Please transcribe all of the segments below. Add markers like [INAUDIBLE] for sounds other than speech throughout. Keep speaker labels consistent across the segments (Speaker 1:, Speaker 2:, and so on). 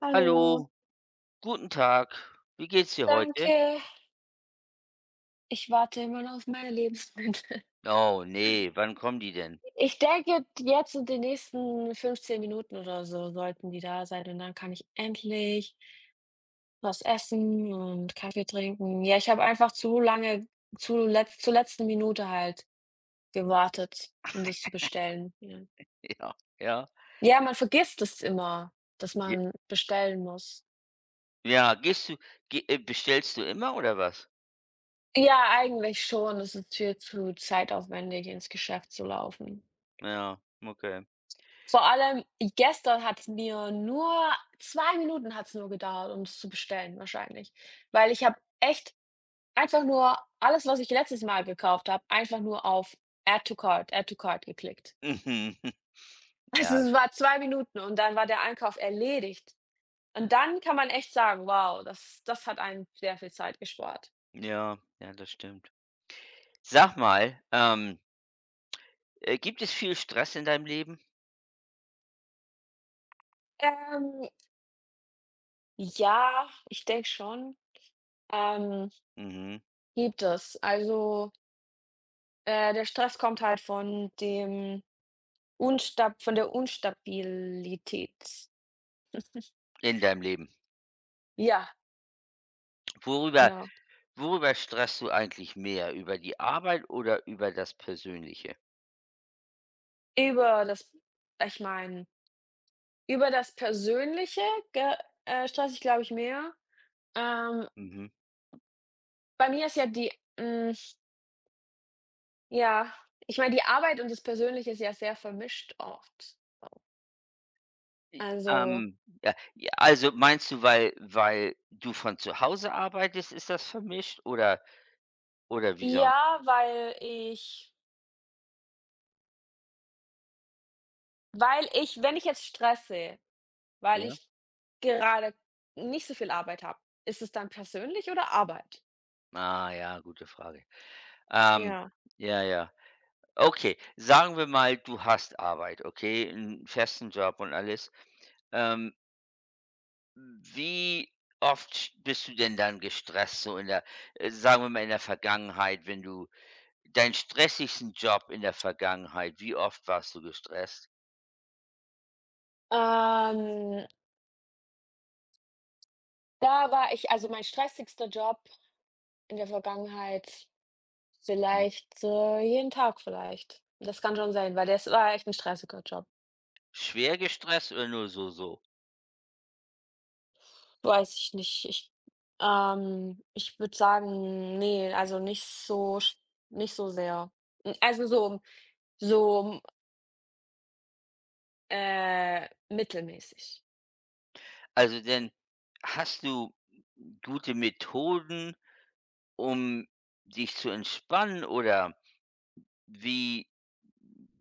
Speaker 1: Hallo,
Speaker 2: Hallo, guten Tag. Wie geht's dir heute?
Speaker 1: danke. Ich warte immer noch auf meine Lebensmittel. [LAUGHS]
Speaker 2: Oh nee. Wann kommen die denn?
Speaker 1: Ich denke, jetzt in den nächsten 15 Minuten oder so sollten die da sein und dann kann ich endlich was essen und Kaffee trinken. Ja, ich habe einfach zu lange, zu letz zur letzten Minute halt gewartet, um das zu bestellen. Ja.
Speaker 2: [LAUGHS] Ja, ja.
Speaker 1: Ja, man vergisst es immer, dass
Speaker 2: J
Speaker 1: man bestellen muss.
Speaker 2: Ja, gehst du ge bestellst du immer oder was?
Speaker 1: Ja, eigentlich schon. Es ist viel zu zeitaufwendig, ins Geschäft zu laufen.
Speaker 2: Ja, okay.
Speaker 1: Vor allem gestern hat es mir nur 2 Minuten hat's nur gedauert, um es zu bestellen wahrscheinlich, weil ich habe echt einfach nur alles, was ich letztes Mal gekauft habe, einfach nur auf „Add to Cart", „Add to Cart" geklickt. [LAUGHS]
Speaker 2: Mhm. [LAUGHS]
Speaker 1: Also,
Speaker 2: Ja,
Speaker 1: es war 2 Minuten und dann war der Einkauf erledigt. Und dann kann man echt sagen: „Wow, das hat einem sehr viel Zeit gespart."
Speaker 2: ja, ja, das stimmt. Sag mal, gibt es viel Stress in deinem Leben?
Speaker 1: Ähm, ja, ich denke schon, ähm,
Speaker 2: Mhm,
Speaker 1: gibt es. Also, der Stress kommt halt von der Unstabilität.
Speaker 2: in deinem Leben.
Speaker 1: Ja,
Speaker 2: Worüber
Speaker 1: genau.
Speaker 2: worüber stresst du eigentlich mehr? Über die Arbeit oder über das Persönliche?
Speaker 1: Über das ich meine, über das Persönliche ge stresse ich, glaube ich, mehr. Ähm,
Speaker 2: Mhm.
Speaker 1: Bei mir ist ja hm, ja, ich meine, die Arbeit und das Persönliche ist ja sehr vermischt oft. Also
Speaker 2: Ja, j also meinst du, weil du von zu Hause arbeitest, ist das vermischt oder wie sonst?
Speaker 1: ja, weil ich wenn ich jetzt stresse, weil
Speaker 2: Ja?
Speaker 1: ich gerade nicht so viel Arbeit habe, ist es dann persönlich oder Arbeit?
Speaker 2: Ah ja, gute Frage. Ähm,
Speaker 1: Ja.
Speaker 2: ja, ja. Okay, sagen wir mal, du hast Arbeit, okay, einen festen Job und alles. Ähm, wie oft sch bist du denn dann gestresst so in der sagen wir mal, in der Vergangenheit, wenn du deinen stressigsten Job in der Vergangenheit, wie oft warst du gestresst?
Speaker 1: Ähm Da war ich, also mein stressigster Job in der Vergangenheit
Speaker 2: Hm,
Speaker 1: vielleicht, jeden Tag vielleicht. Das kann schon sein, weil das war echt ein stressiger Job.
Speaker 2: schwer gestresst oder nur so so?
Speaker 1: Weiß ich nicht. Ich würde sagen, ne, also nicht so sehr. Hm, also so so, mittelmäßig.
Speaker 2: Also denn hast du gute Methoden, um dich zu entspannen oder wie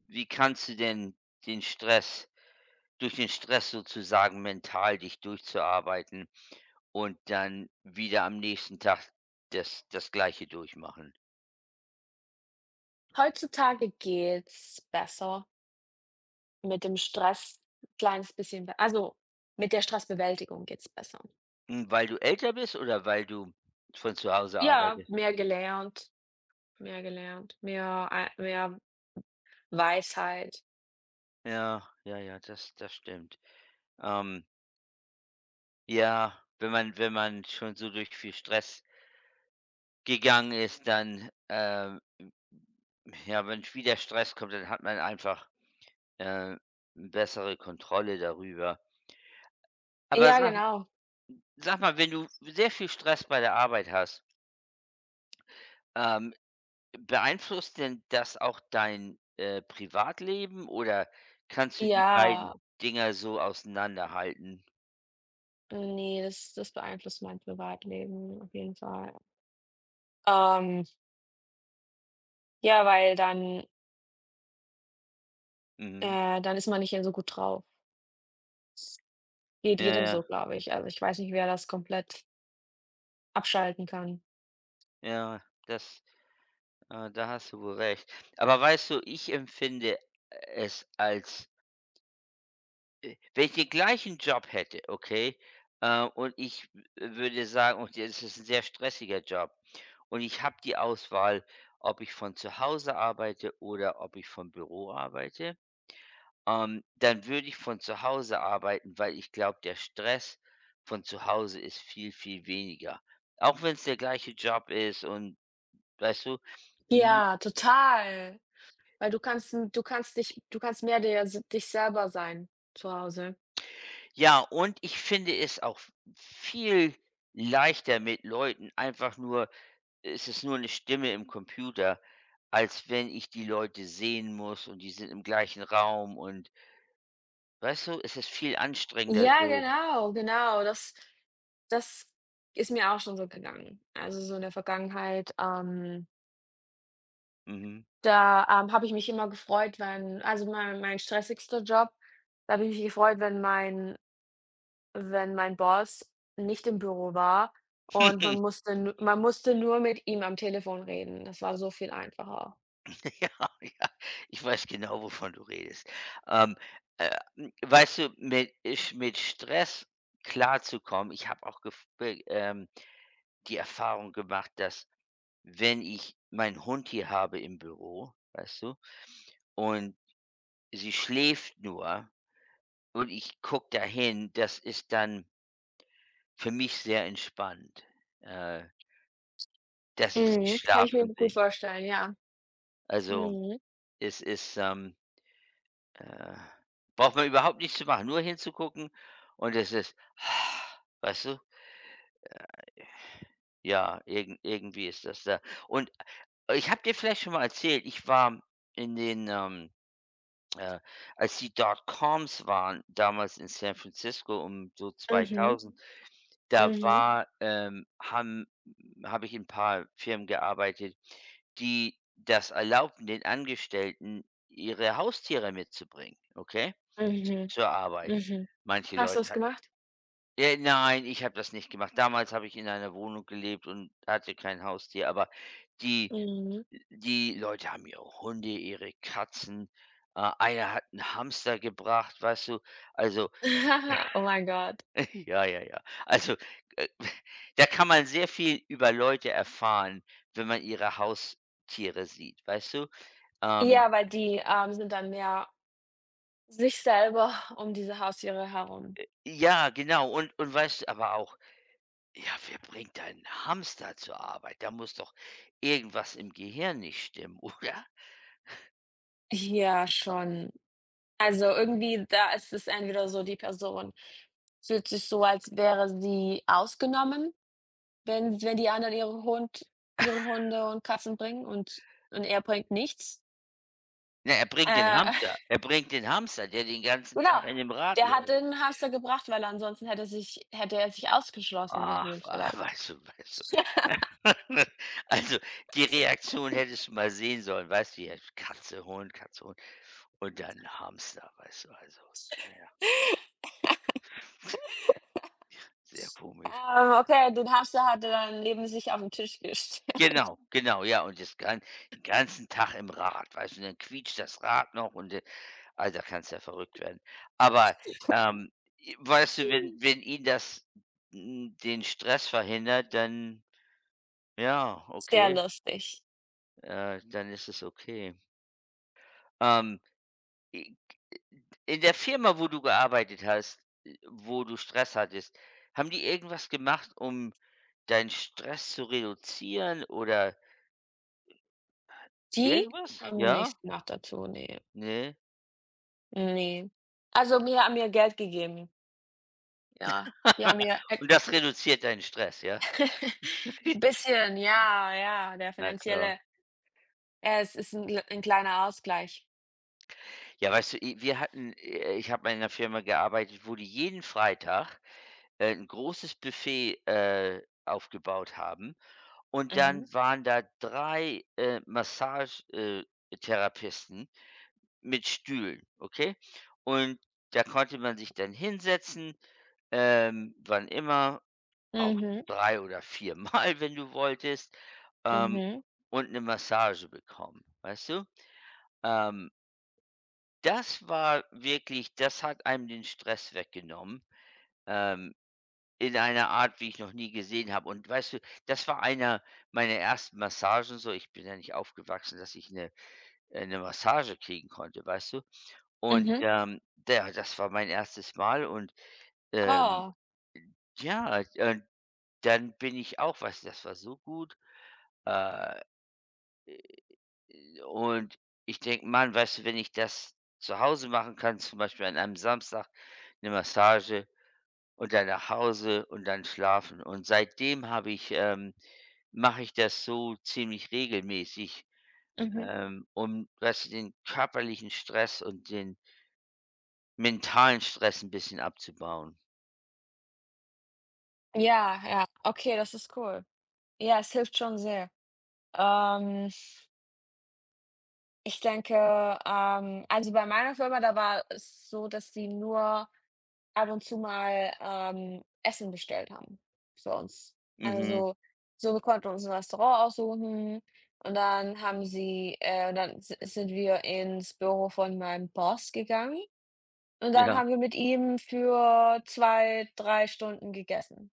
Speaker 2: wie kannst du denn den Stress durch den Stress sozusagen mental dich durchzuarbeiten und dann wieder am nächsten Tag das Gleiche durchmachen?
Speaker 1: Heutzutage geht's besser mit dem Stress, kleines bisschen be also, mit der Stressbewältigung geht's besser.
Speaker 2: Weil du älter bist oder weil du von zu Hause
Speaker 1: Ja,
Speaker 2: arbeitest?
Speaker 1: mehr gelernt. Mehr gelernt, mehr Weisheit.
Speaker 2: Ja, ja, ja, das stimmt. Ähm, ja, wenn man schon so durch viel Stress gegangen ist, dann, ja, wenn wieder Stress kommt, dann hat man einfach, äh, bessere Kontrolle darüber. Aber
Speaker 1: Ja,
Speaker 2: sag
Speaker 1: genau.
Speaker 2: sag mal, wenn du sehr viel Stress bei der Arbeit hast, ähm, beeinflusst denn das auch dein, Privatleben oder kannst du die beiden
Speaker 1: Ja,
Speaker 2: Dinger so auseinanderhalten?
Speaker 1: ne, das beeinflusst mein Privatleben auf jeden Fall. Ähm, ja, weil dann
Speaker 2: Mhm.
Speaker 1: dann ist man nicht mehr so gut drauf. Geht
Speaker 2: Ja,
Speaker 1: jedem so,
Speaker 2: ja,
Speaker 1: glaube ich. Also, ich weiß nicht, wer das komplett abschalten kann.
Speaker 2: ja, das da hast du wohl recht. Aber weißt du, ich empfinde es als. Wenn ich den gleichen Job hätte, okay, und ich w würde sagen und es ist ein sehr stressiger Job und ich habe die Auswahl, ob ich von zu Hause arbeite oder ob ich vom Büro arbeite, dann würde ich von zu Hause arbeiten, weil ich glaube, der Stress von zu Hause ist viel, viel weniger. Auch wenn es der gleiche Job ist und weißt du? N
Speaker 1: Ja, total, weil du kannst mehr dir s dich selber sein zu Hause.
Speaker 2: Ja, und ich finde es auch viel leichter, mit Leuten einfach nur. Es ist nur eine Stimme im Computer, als wenn ich die Leute sehen muss und die sind im gleichen Raum und weißt du, es ist viel anstrengender
Speaker 1: Ja,
Speaker 2: so.
Speaker 1: genau, genau, das ist mir auch schon so gegangen. Also, so in der Vergangenheit,
Speaker 2: Mhm.
Speaker 1: da, habe ich mich immer gefreut, wenn also, mein stressigster Job, da habe ich mich gefreut, wenn mein Boss nicht im Büro war und man
Speaker 2: [LAUGHS]
Speaker 1: musste nur mit ihm am Telefon reden. Das war so viel einfacher.
Speaker 2: Ja, ja, ich weiß genau, wovon du redest. Ähm, weißt du, mit Sch mit Stress klarzukommen, ich habe auch gef be die Erfahrung gemacht, dass wenn ich meinen Hund hier habe im Büro, weißt du, und sie schläft nur und ich gucke da hin, das ist dann für mich sehr entspannt, äh, dass ich sie
Speaker 1: Mhm, kann ich mir
Speaker 2: schlafen
Speaker 1: gut
Speaker 2: sehe.
Speaker 1: vorstellen, ja.
Speaker 2: Also,
Speaker 1: Mhm,
Speaker 2: es ist, äh braucht man überhaupt nichts zu machen, nur hinzugucken und es ist [SIGHS] weißt du? Ja, irgendwie ist das da. Und ich habe dir vielleicht schon mal erzählt, ich war in den, ähm, äh als die Dotcoms waren damals in San Francisco um so
Speaker 1: mhm,
Speaker 2: 2000. Da
Speaker 1: mhm,
Speaker 2: war, habe ich in 'n paar Firmen gearbeitet, die das erlaubten, den Angestellten ihre Haustiere mitzubringen, okay,
Speaker 1: mhm,
Speaker 2: zur Arbeit.
Speaker 1: mhm.
Speaker 2: Manche
Speaker 1: Hast du
Speaker 2: Leute
Speaker 1: es
Speaker 2: ha
Speaker 1: gemacht?
Speaker 2: Ja, nein, ich habe das nicht gemacht. Damals habe ich in einer Wohnung gelebt und hatte kein Haustier, aber die
Speaker 1: Mhm.
Speaker 2: die Leute haben ihre Hunde, ihre Katzen, einer hat 'n Hamster gebracht, weißt du? Also.
Speaker 1: [LAUGHS] Oh mein Gott.
Speaker 2: [LAUGHS] Ja, ja, ja. Also, äh, [LAUGHS] da kann man sehr viel über Leute erfahren, wenn man ihre Haustiere sieht, weißt du? Ähm,
Speaker 1: Ja, weil die, sind dann mehr sich selber um diese Haustiere herum.
Speaker 2: ja, genau. Und weißt du aber auch, ja, wer bringt einen Hamster zur Arbeit? Da muss doch irgendwas im Gehirn nicht stimmen, [LAUGHS] oder?
Speaker 1: Ja, schon. Also, irgendwie, da ist es entweder so, die Person fühlt sich so, als wäre sie ausgenommen, wenn die anderen ihre Hunde und Katzen bringen und er bringt nichts.
Speaker 2: Na, er bringt den
Speaker 1: Äh,
Speaker 2: Hamster.
Speaker 1: [LAUGHS]
Speaker 2: Er bringt den Hamster, der den ganzen Tag
Speaker 1: genau,
Speaker 2: in dem Rad
Speaker 1: der hat
Speaker 2: läuft.
Speaker 1: den Hamster gebracht, weil ansonsten hätte er sich ausgeschlossen
Speaker 2: Ach,
Speaker 1: gefühlt
Speaker 2: wa
Speaker 1: vielleicht.
Speaker 2: [LAUGHS] weißt du weißt
Speaker 1: [LAUGHS]
Speaker 2: du. [LAUGHS] Also, die Reaktion hättest du mal sehen sollen, weißt du, ja, Katze, Hund, Katze, Hund. Und dann Hamster, weißt du, also, na, [LAUGHS] sehr komisch.
Speaker 1: Okay, den Hamster hatte dann neben sich auf 'n Tisch gestellt.
Speaker 2: Genau, genau, ja, und das gan den ganzen Tag im Rad, weißt du, und dann quietscht das Rad noch und, also, da kannst ja verrückt werden. Aber, ähm, i weißt du, wenn
Speaker 1: [LAUGHS]
Speaker 2: ihn das den Stress verhindert, dann ja,
Speaker 1: Sehr
Speaker 2: okay,
Speaker 1: lustig.
Speaker 2: dann ist es okay. Ähm, i in der Firma, wo du gearbeitet hast, wo du Stress hattest, haben die irgendwas gemacht, um deinen Stress zu reduzieren oder
Speaker 1: Die
Speaker 2: irgendwas?
Speaker 1: haben
Speaker 2: Ja?
Speaker 1: nichts gemacht dazu, ne.
Speaker 2: Ne?
Speaker 1: Ne. Also, mir haben mir Geld gegeben, ja. Die haben
Speaker 2: [LAUGHS]
Speaker 1: mir e
Speaker 2: Und das reduziert deinen Stress, ja?
Speaker 1: [LAUGHS]
Speaker 2: [LAUGHS]
Speaker 1: bisschen, ja, ja, der
Speaker 2: Na klar.
Speaker 1: finanzielle ja, es ist 'n l kleiner Ausgleich.
Speaker 2: Ja, weißt du, i wir hatten ich habe mal in einer Firma gearbeitet, wo die jeden Freitag, 'n großes Buffet, aufgebaut haben und
Speaker 1: Mhm.
Speaker 2: dann waren da 3 Massage Therapisten mit Stühlen, okay? Und da konnte man sich dann hinsetzen, wann immer. Auch
Speaker 1: Mhm.
Speaker 2: 3 oder viermal, [LAUGHS] wenn du wolltest, ähm,
Speaker 1: Mhm.
Speaker 2: und eine Massage bekommen, weißt du? Ähm, das war wirklich das hat einem den Stress weggenommen, ähm, in einer Art, wie ich noch nie gesehen habe. Und weißt du, das war einer meiner ersten Massagen so. Ich bin ja nicht aufgewachsen, dass ich eine Massage kriegen konnte, weißt du? Und,
Speaker 1: Mhm.
Speaker 2: ja, das war mein erstes Mal und, ähm,
Speaker 1: Oh.
Speaker 2: ja, dann bin ich auch. Weißt du, das war so gut, äh Und ich denke: „Mann, weißt du, wenn ich das zu Hause machen kann, zum Beispiel an einem Samstag, eine Massage und dann nach Hause und dann schlafen.“ Und seitdem habe ich mache ich das so ziemlich regelmäßig,
Speaker 1: Mhm.
Speaker 2: um, weißt du, den körperlichen Stress und den mentalen Stress ein bisschen abzubauen.
Speaker 1: Ja, ja. Okay, das ist cool. Ja, es hilft schon sehr. Ähm, Ich denke, also, bei meiner Firma, da war es so, dass sie nur ab und zu mal, Essen bestellt haben für uns.
Speaker 2: Mhm,
Speaker 1: Also, so wir konnten uns ein Restaurant aussuchen und dann haben sie dann si sind wir ins Büro von meinem Boss gegangen und dann
Speaker 2: ja.
Speaker 1: haben wir mit ihm für 2, 3 Stunden gegessen.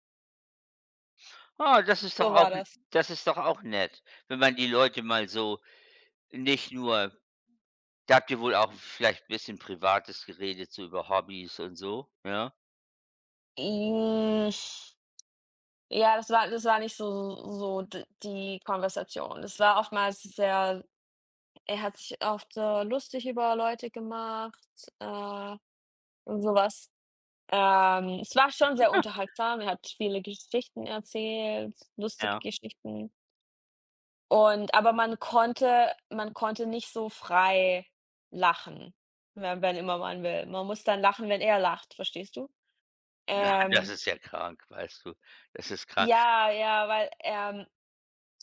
Speaker 2: Ah,
Speaker 1: So war das.
Speaker 2: das ist doch auch nett, wenn man die Leute mal so nicht nur. Da habt ihr wohl auch vielleicht 'n bisschen Privates geredet, so über Hobbys und so, ja?
Speaker 1: Hm, ja, das war nicht so so d die Konversation. Es war oftmals sehr er hat sich oft so lustig über Leute gemacht, äh, und sowas. Es war schon sehr unterhaltsam. Er hat viele Geschichten erzählt, lustige
Speaker 2: Ja.
Speaker 1: Geschichten. Und aber man konnte nicht so frei lachen, wenn immer man will. Man muss dann lachen, wenn er lacht, verstehst du?
Speaker 2: Na, [LAUGHS] das
Speaker 1: Ähm,
Speaker 2: ist ja krank, weißt du? Das ist krank.
Speaker 1: ja, ja, weil,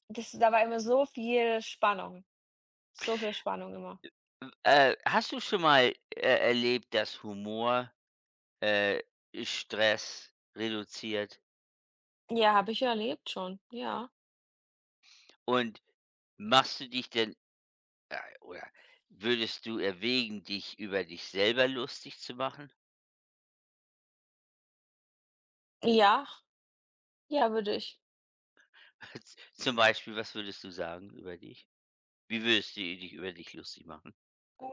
Speaker 1: das da war immer so viel Spannung immer.
Speaker 2: W hast du schon mal, erlebt, dass Humor, äh, Stress reduziert?
Speaker 1: Ja, habe ich erlebt schon, ja.
Speaker 2: Und machst du dich denn oder würdest du erwägen, dich über dich selber lustig zu machen?
Speaker 1: Ja, ja, würde ich.
Speaker 2: [LAUGHS] Z Zum Beispiel, was würdest du sagen über dich? Wie würdest du dich über dich lustig machen?
Speaker 1: Äh,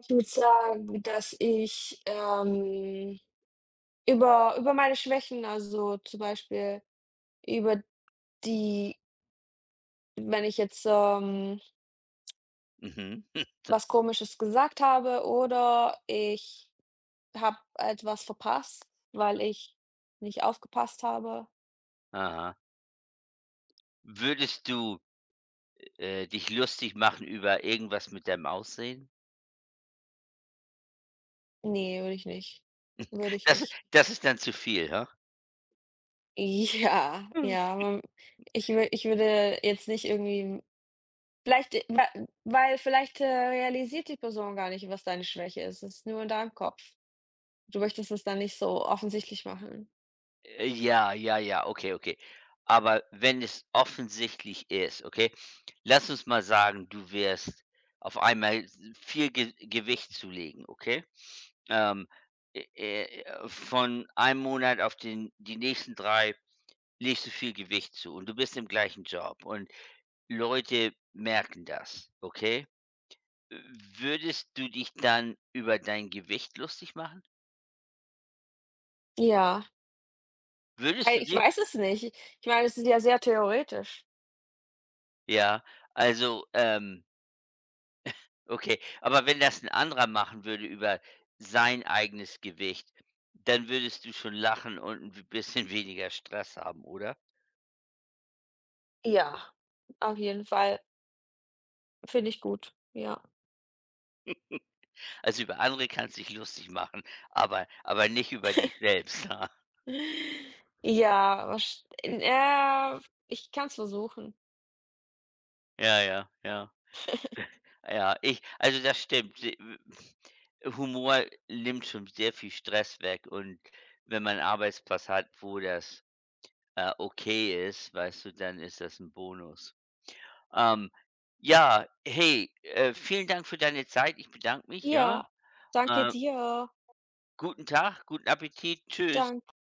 Speaker 1: Ich würde sagen, dass ich, über meine Schwächen, also zum Beispiel über die wenn ich jetzt,
Speaker 2: Mhm. [LAUGHS] Sag
Speaker 1: was
Speaker 2: mal.
Speaker 1: Komisches gesagt habe oder ich habe etwas verpasst, weil ich nicht aufgepasst habe.
Speaker 2: Aha. Würdest du dich lustig machen über irgendwas mit deinem Aussehen?
Speaker 1: Nee, würde ich nicht. Würde ich
Speaker 2: Das
Speaker 1: nicht. [LAUGHS]
Speaker 2: das ist dann zu viel, ha?
Speaker 1: Ja,
Speaker 2: Mhm.
Speaker 1: ja, man ich wür ich würde jetzt nicht irgendwie vielleicht, wa weil vielleicht, realisiert die Person gar nicht, was deine Schwäche ist. Es ist nur in deinem Kopf. Du möchtest es dann nicht so offensichtlich machen.
Speaker 2: Ja, ja, ja, okay, okay. Aber wenn es offensichtlich ist, okay? Lass uns mal sagen, du wirst auf einmal s viel Ge Gewicht zulegen, okay? Ähm, von einem Monat auf den die nächsten 3 legst du viel Gewicht zu und du bist im gleichen Job und Leute merken das, okay? Äh, würdest du dich dann über dein Gewicht lustig machen?
Speaker 1: Ja,
Speaker 2: Würdest
Speaker 1: ei
Speaker 2: du
Speaker 1: ich
Speaker 2: wirklich?
Speaker 1: weiß es nicht. Ich meine, es ist ja sehr theoretisch.
Speaker 2: Ja, also, okay. Aber wenn das ein anderer machen würde über sein eigenes Gewicht, dann würdest du schon lachen und ein bisschen [LAUGHS] weniger Stress haben, oder?
Speaker 1: Ja, auf jeden Fall. Finde ich gut, ja.
Speaker 2: Also, über andere kannst du dich lustig machen, aber nicht über dich selbst. [LAUGHS]
Speaker 1: Ja, wahrsch ich kann's versuchen.
Speaker 2: Ja, ja, ja. Ja, ich also, das stimmt. Humor nimmt schon sehr viel Stress weg und wenn man 'n Arbeitsplatz hat, wo das okay ist, weißt du, dann ist das ein Bonus. Ähm, ja, hey, vielen Dank für deine Zeit. Ich bedanke mich, ja?
Speaker 1: Ja, danke
Speaker 2: Äh,
Speaker 1: dir.
Speaker 2: guten Tag, guten Appetit. Tschüss.
Speaker 1: Dan